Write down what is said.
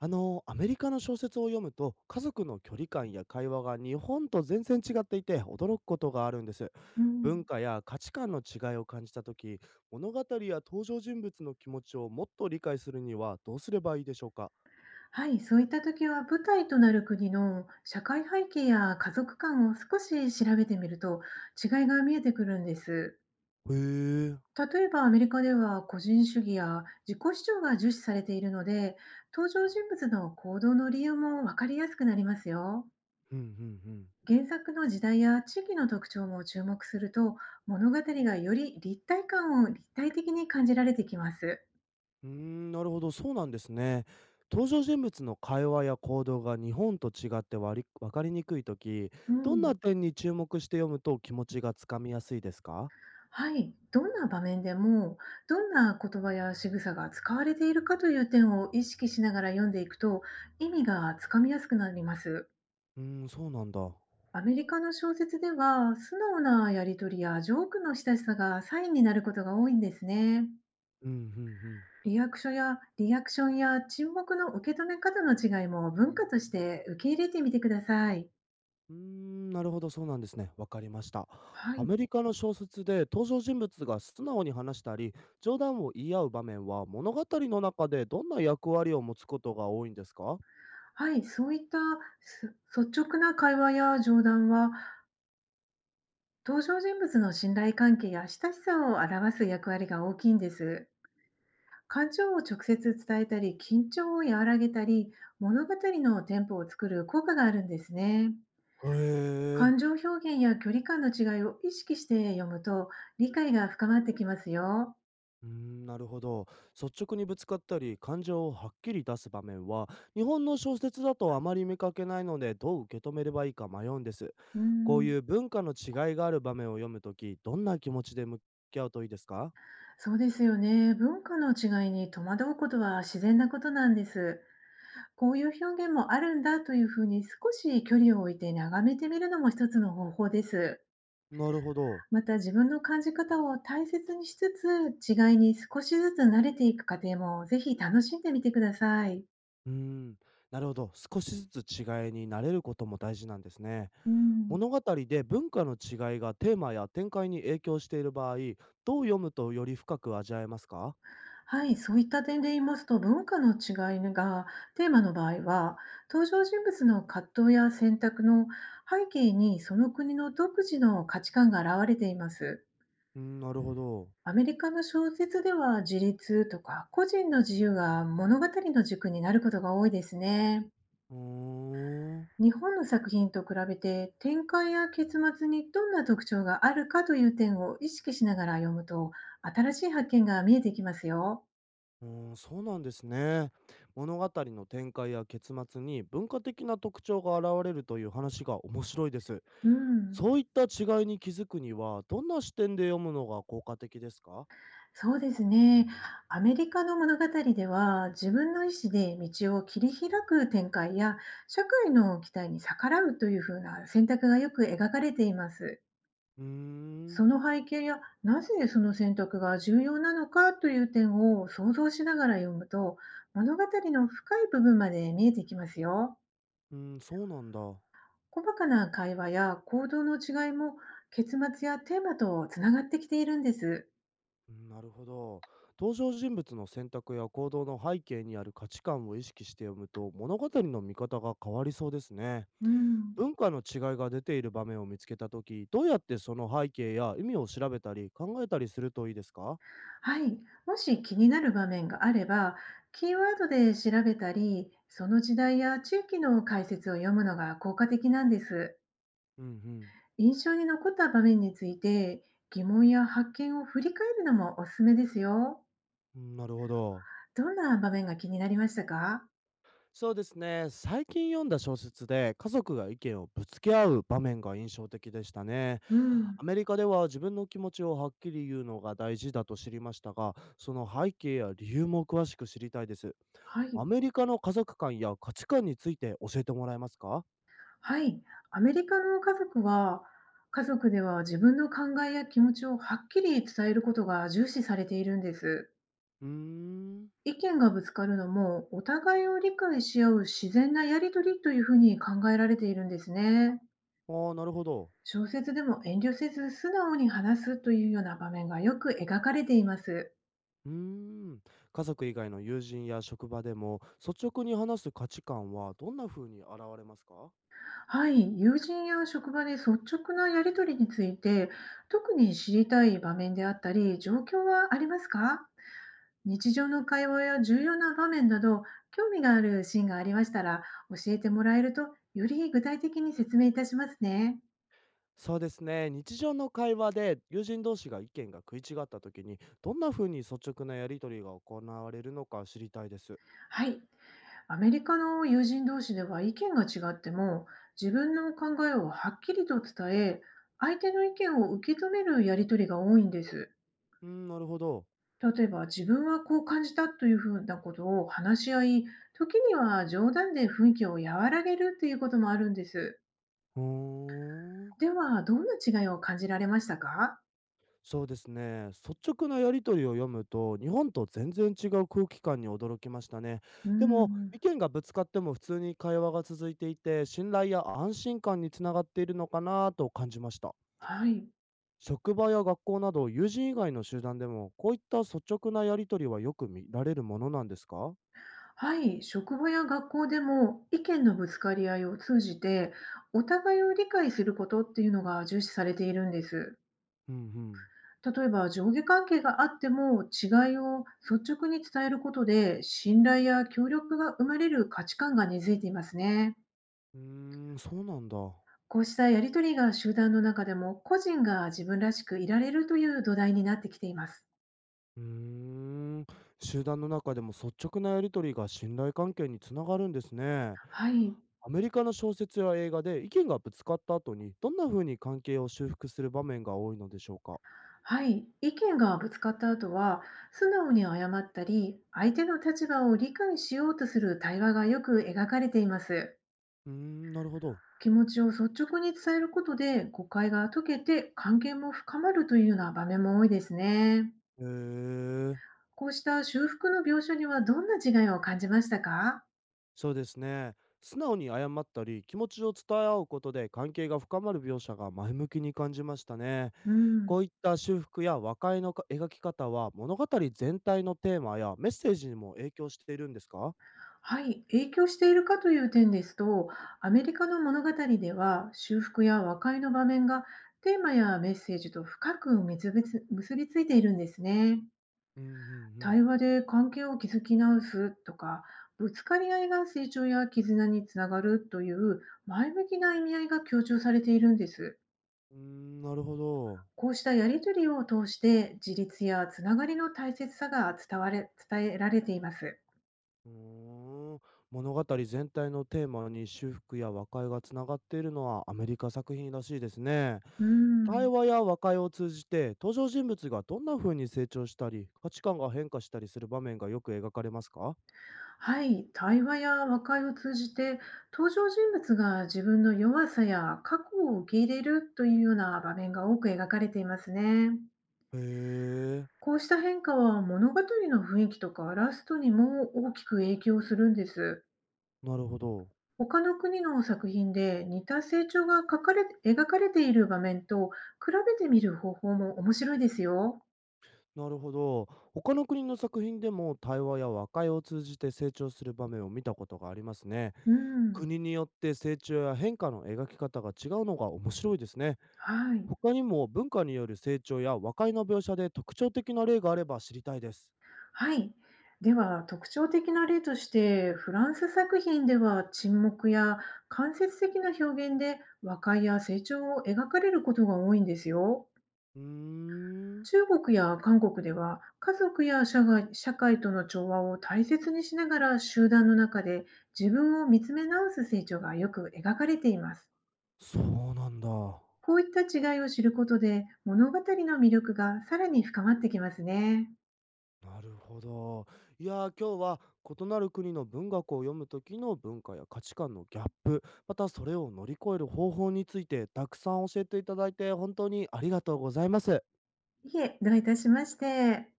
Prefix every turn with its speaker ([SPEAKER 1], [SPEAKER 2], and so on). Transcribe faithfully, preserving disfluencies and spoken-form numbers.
[SPEAKER 1] あの、アメリカの小説を読むと、家族の距離感や会話が日本と全然違っていて驚くことがあるんです。
[SPEAKER 2] う
[SPEAKER 1] 文
[SPEAKER 2] ん、
[SPEAKER 1] 化や価値観の違いを感じたとき、物語や登場人物の気持ちをもっと理解するにはどうすればいいでしょうか？
[SPEAKER 2] はい、そういった時は舞台となる国の社会背景や家族観を少し調べてみると、違いが見えてくるんです。
[SPEAKER 1] へえ。
[SPEAKER 2] 例えばアメリカでは個人主義や自己主張が重視されているので、登場人物の行動の理由も分かりやすくなりますよ。
[SPEAKER 1] うんうんうん。
[SPEAKER 2] 原作の時代や地域の特徴も注目すると、物語がより立体感を立体的に感じられてきます。
[SPEAKER 1] うーん、なるほど、そうなんですね。登場人物の会話や行動が日本と違って割り分かりにくいとき、
[SPEAKER 2] う
[SPEAKER 1] どんな
[SPEAKER 2] ん、
[SPEAKER 1] 点に注目して読むと気持ちがつかみやすいですか？
[SPEAKER 2] はい、どんな場面でも、どんな言葉や仕草が使われているかという点を意識しながら読んでいくと、意味がつかみやすくなります。
[SPEAKER 1] うーん、そうなんだ。
[SPEAKER 2] アメリカの小説では、素直なやり取りやジョークの親しさがサインになることが多いんですね。
[SPEAKER 1] うんうんうん。
[SPEAKER 2] リアクションやリアクションや沈黙の受け止め方の違いも、文化として受け入れてみてください。
[SPEAKER 1] うーん、なるほど、そうなんですね。わかりました。
[SPEAKER 2] は
[SPEAKER 1] ア
[SPEAKER 2] い、
[SPEAKER 1] メリカの小説で登場人物が素直に話したり、冗談を言い合う場面は物語の中でどんな役割を持つことが多いんですか？
[SPEAKER 2] はい、そういったす率直な会話や冗談は、登場人物の信頼関係や親しさを表す役割が大きいんです。感情を直接伝えたり、緊張を和らげたり、物語のテンポを作る効果があるんですね。
[SPEAKER 1] へえ。
[SPEAKER 2] 感情表現や距離感の違いを意識して読むと、理解が深まってきますよ。
[SPEAKER 1] うーん、なるほど。率直にぶつかったり、感情をはっきり出す場面は、日本の小説だとあまり見かけないので、どう受け止めればいいか迷うんです。
[SPEAKER 2] う
[SPEAKER 1] こう
[SPEAKER 2] ん、
[SPEAKER 1] いう文化の違いがある場面を読むとき、どんな気持ちで向き合うといいですか？
[SPEAKER 2] そうですよね。文化の違いに戸惑うことは自然なことなんです。こういう表現もあるんだというふうに、少し距離を置いて眺めてみるのも一つの方法です。
[SPEAKER 1] なるほど。
[SPEAKER 2] また、自分の感じ方を大切にしつつ、違いに少しずつ慣れていく過程もぜひ楽しんでみてください。
[SPEAKER 1] うーん、なるほど。少しずつ違いに慣れることも大事なんですね。
[SPEAKER 2] うん、
[SPEAKER 1] 物語で文化の違いがテーマや展開に影響している場合、どう読むとより深く味わえますか？
[SPEAKER 2] はい、そういった点で言いますと、文化の違いがテーマの場合は、登場人物の葛藤や選択の背景に、その国の独自の価値観が現れています。
[SPEAKER 1] うーん、なるほど。
[SPEAKER 2] アメリカの小説では、自立とか個人の自由が物語の軸になることが多いですね。
[SPEAKER 1] うーん。
[SPEAKER 2] 日本の作品と比べて展開や結末にどんな特徴があるかという点を意識しながら読むと、新しい発見が見えてきますよ。
[SPEAKER 1] うーん、そうなんですね。物語の展開や結末に文化的な特徴が現れるという話が面白いです。
[SPEAKER 2] うん、
[SPEAKER 1] そういった違いに気づくには、どんな視点で読むのが効果的ですか？
[SPEAKER 2] そうですね。アメリカの物語では、自分の意思で道を切り開く展開や、社会の期待に逆らうというふうな選択がよく描かれています。
[SPEAKER 1] うーん、
[SPEAKER 2] その背景や、なぜその選択が重要なのかという点を想像しながら読むと、物語の深い部分まで見えてきますよ。
[SPEAKER 1] うーん、そうなんだ。
[SPEAKER 2] 細かな会話や行動の違いも、結末やテーマとつながってきているんです。
[SPEAKER 1] うん、なるほど。登場人物の選択や行動の背景にある価値観を意識して読むと物語の見方が変わりそうですね。
[SPEAKER 2] うん、
[SPEAKER 1] 文化の違いが出ている場面を見つけたとき、どうやってその背景や意味を調べたり考えたりするといいですか？
[SPEAKER 2] はい、もし気になる場面があれば、キーワードで調べたり、その時代や地域の解説を読むのが効果的なんです。
[SPEAKER 1] うんうん。
[SPEAKER 2] 印象に残った場面について、疑問や発見を振り返るのもおすすめですよ。
[SPEAKER 1] うん、なるほど。
[SPEAKER 2] どんな場面が気になりましたか？
[SPEAKER 1] そうですね。最近読んだ小説で家族が意見をぶつけ合う場面が印象的でしたね。
[SPEAKER 2] う
[SPEAKER 1] ア
[SPEAKER 2] ん。
[SPEAKER 1] メリカでは自分の気持ちをはっきり言うのが大事だと知りましたが、その背景や理由も詳しく知りたいです。
[SPEAKER 2] はい。
[SPEAKER 1] アメリカの家族観や価値観について教えてもらえますか？
[SPEAKER 2] はい。アメリカの家族は、家族では自分の考えや気持ちをはっきり伝えることが重視されているんです。
[SPEAKER 1] うーん。
[SPEAKER 2] 意見がぶつかるのも、お互いを理解し合う自然なやりとりというふうに考えられているんですね。
[SPEAKER 1] ああ、なるほど。
[SPEAKER 2] 小説でも遠慮せず素直に話すというような場面がよく描かれています。
[SPEAKER 1] うーん。家族以外の友人や職場でも率直に話す価値観はどんな風に現れますか？
[SPEAKER 2] はい、友人や職場で率直なやり取りについて、特に知りたい場面であったり、状況はありますか？日常の会話や重要な場面など、興味があるシーンがありましたら、教えてもらえると、より具体的に説明いたしますね。
[SPEAKER 1] そうですね。日常の会話で友人同士が意見が食い違った時に、どんな風に率直なやり取りが行われるのか知りたいです。
[SPEAKER 2] はい、アメリカの友人同士では、意見が違っても、自分の考えをはっきりと伝え、相手の意見を受け止めるやり取りが多いんです。
[SPEAKER 1] うん、なるほど。
[SPEAKER 2] 例えば、自分はこう感じたというふうなことを話し合い、時には冗談で雰囲気を和らげるということもあるんです。
[SPEAKER 1] うーん。
[SPEAKER 2] では、どんな違いを感じられましたか？
[SPEAKER 1] そうですね。率直なやり取りを読むと、日本と全然違う空気感に驚きましたね。
[SPEAKER 2] う
[SPEAKER 1] でも、
[SPEAKER 2] ん、
[SPEAKER 1] 意見がぶつかっても普通に会話が続いていて、信頼や安心感につながっているのかなと感じました。
[SPEAKER 2] はい。
[SPEAKER 1] 職場や学校など友人以外の集団でもこういった率直なやり取りはよく見られるものなんですか？
[SPEAKER 2] はい。職場や学校でも、意見のぶつかり合いを通じて、お互いを理解することっていうのが重視されているんです。
[SPEAKER 1] うんうん。
[SPEAKER 2] 例えば、上下関係があっても違いを率直に伝えることで、信頼や協力が生まれる価値観が根付いていますね。
[SPEAKER 1] うーん、そうなんだ。
[SPEAKER 2] こうしたやりとりが、集団の中でも個人が自分らしくいられるという土台になってきています。
[SPEAKER 1] うーん。集団の中でも率直なやり取りが信頼関係につながるんですね。
[SPEAKER 2] はい、
[SPEAKER 1] アメリカの小説や映画で意見がぶつかった後にどんな風に関係を修復する場面が多いのでしょうか？
[SPEAKER 2] はい、意見がぶつかった後は、素直に謝ったり、相手の立場を理解しようとする対話がよく描かれています。
[SPEAKER 1] うーん、なるほど。
[SPEAKER 2] 気持ちを率直に伝えることで誤解が解けて、関係も深まるというような場面も多いですね。
[SPEAKER 1] へえ。
[SPEAKER 2] こうした修復の描写には、どんな違いを感じましたか？
[SPEAKER 1] そうですね。素直に謝ったり、気持ちを伝え合うことで関係が深まる描写が前向きに感じましたね。
[SPEAKER 2] うん。
[SPEAKER 1] こういった修復や和解のか描き方は物語全体のテーマやメッセージにも影響しているんですか？
[SPEAKER 2] はい、影響しているかという点ですと、アメリカの物語では、修復や和解の場面がテーマやメッセージと深く結びつ結びついているんですね。
[SPEAKER 1] うんうんうん。
[SPEAKER 2] 対話で関係を築き直すとか、ぶつかり合いが成長や絆につながるという前向きな意味合いが強調されているんです。
[SPEAKER 1] うーん、なるほど。
[SPEAKER 2] こうしたやりとりを通して、自立やつながりの大切さが伝われ伝えられています。
[SPEAKER 1] うーん、物語全体のテーマに修復や和解がつながっているのはアメリカ作品らしいですね。
[SPEAKER 2] う
[SPEAKER 1] 対
[SPEAKER 2] ん、
[SPEAKER 1] 話や和解を通じて登場人物がどんな風に成長したり価値観が変化したりする場面がよく描かれますか？
[SPEAKER 2] はい、対話や和解を通じて、登場人物が自分の弱さや過去を受け入れるというような場面が多く描かれていますね。
[SPEAKER 1] へえ、
[SPEAKER 2] こうした変化は、物語の雰囲気とかラストにも大きく影響するんです。
[SPEAKER 1] なるほど。
[SPEAKER 2] 他の国の作品で似た成長が描かれ描かれている場面と比べてみる方法も面白いですよ。
[SPEAKER 1] なるほど。他の国の作品でも対話や和解を通じて成長する場面を見たことがありますね。
[SPEAKER 2] うん、
[SPEAKER 1] 国によって成長や変化の描き方が違うのが面白いですね。
[SPEAKER 2] はい。
[SPEAKER 1] 他にも文化による成長や和解の描写で特徴的な例があれば知りたいです。
[SPEAKER 2] はい。では、特徴的な例として、フランス作品では沈黙や間接的な表現で和解や成長を描かれることが多いんですよ。
[SPEAKER 1] うーん、
[SPEAKER 2] 中国や韓国では、家族や社会社会との調和を大切にしながら、集団の中で自分を見つめ直す成長がよく描かれています。
[SPEAKER 1] そうなんだ。
[SPEAKER 2] こういった違いを知ることで、物語の魅力がさらに深まってきますね。
[SPEAKER 1] なるほど。いやー、今日は異なる国の文学を読む時の文化や価値観のギャップ、またそれを乗り越える方法についてたくさん教えていただいて本当にありがとうございます。
[SPEAKER 2] いえ、どういたしまして。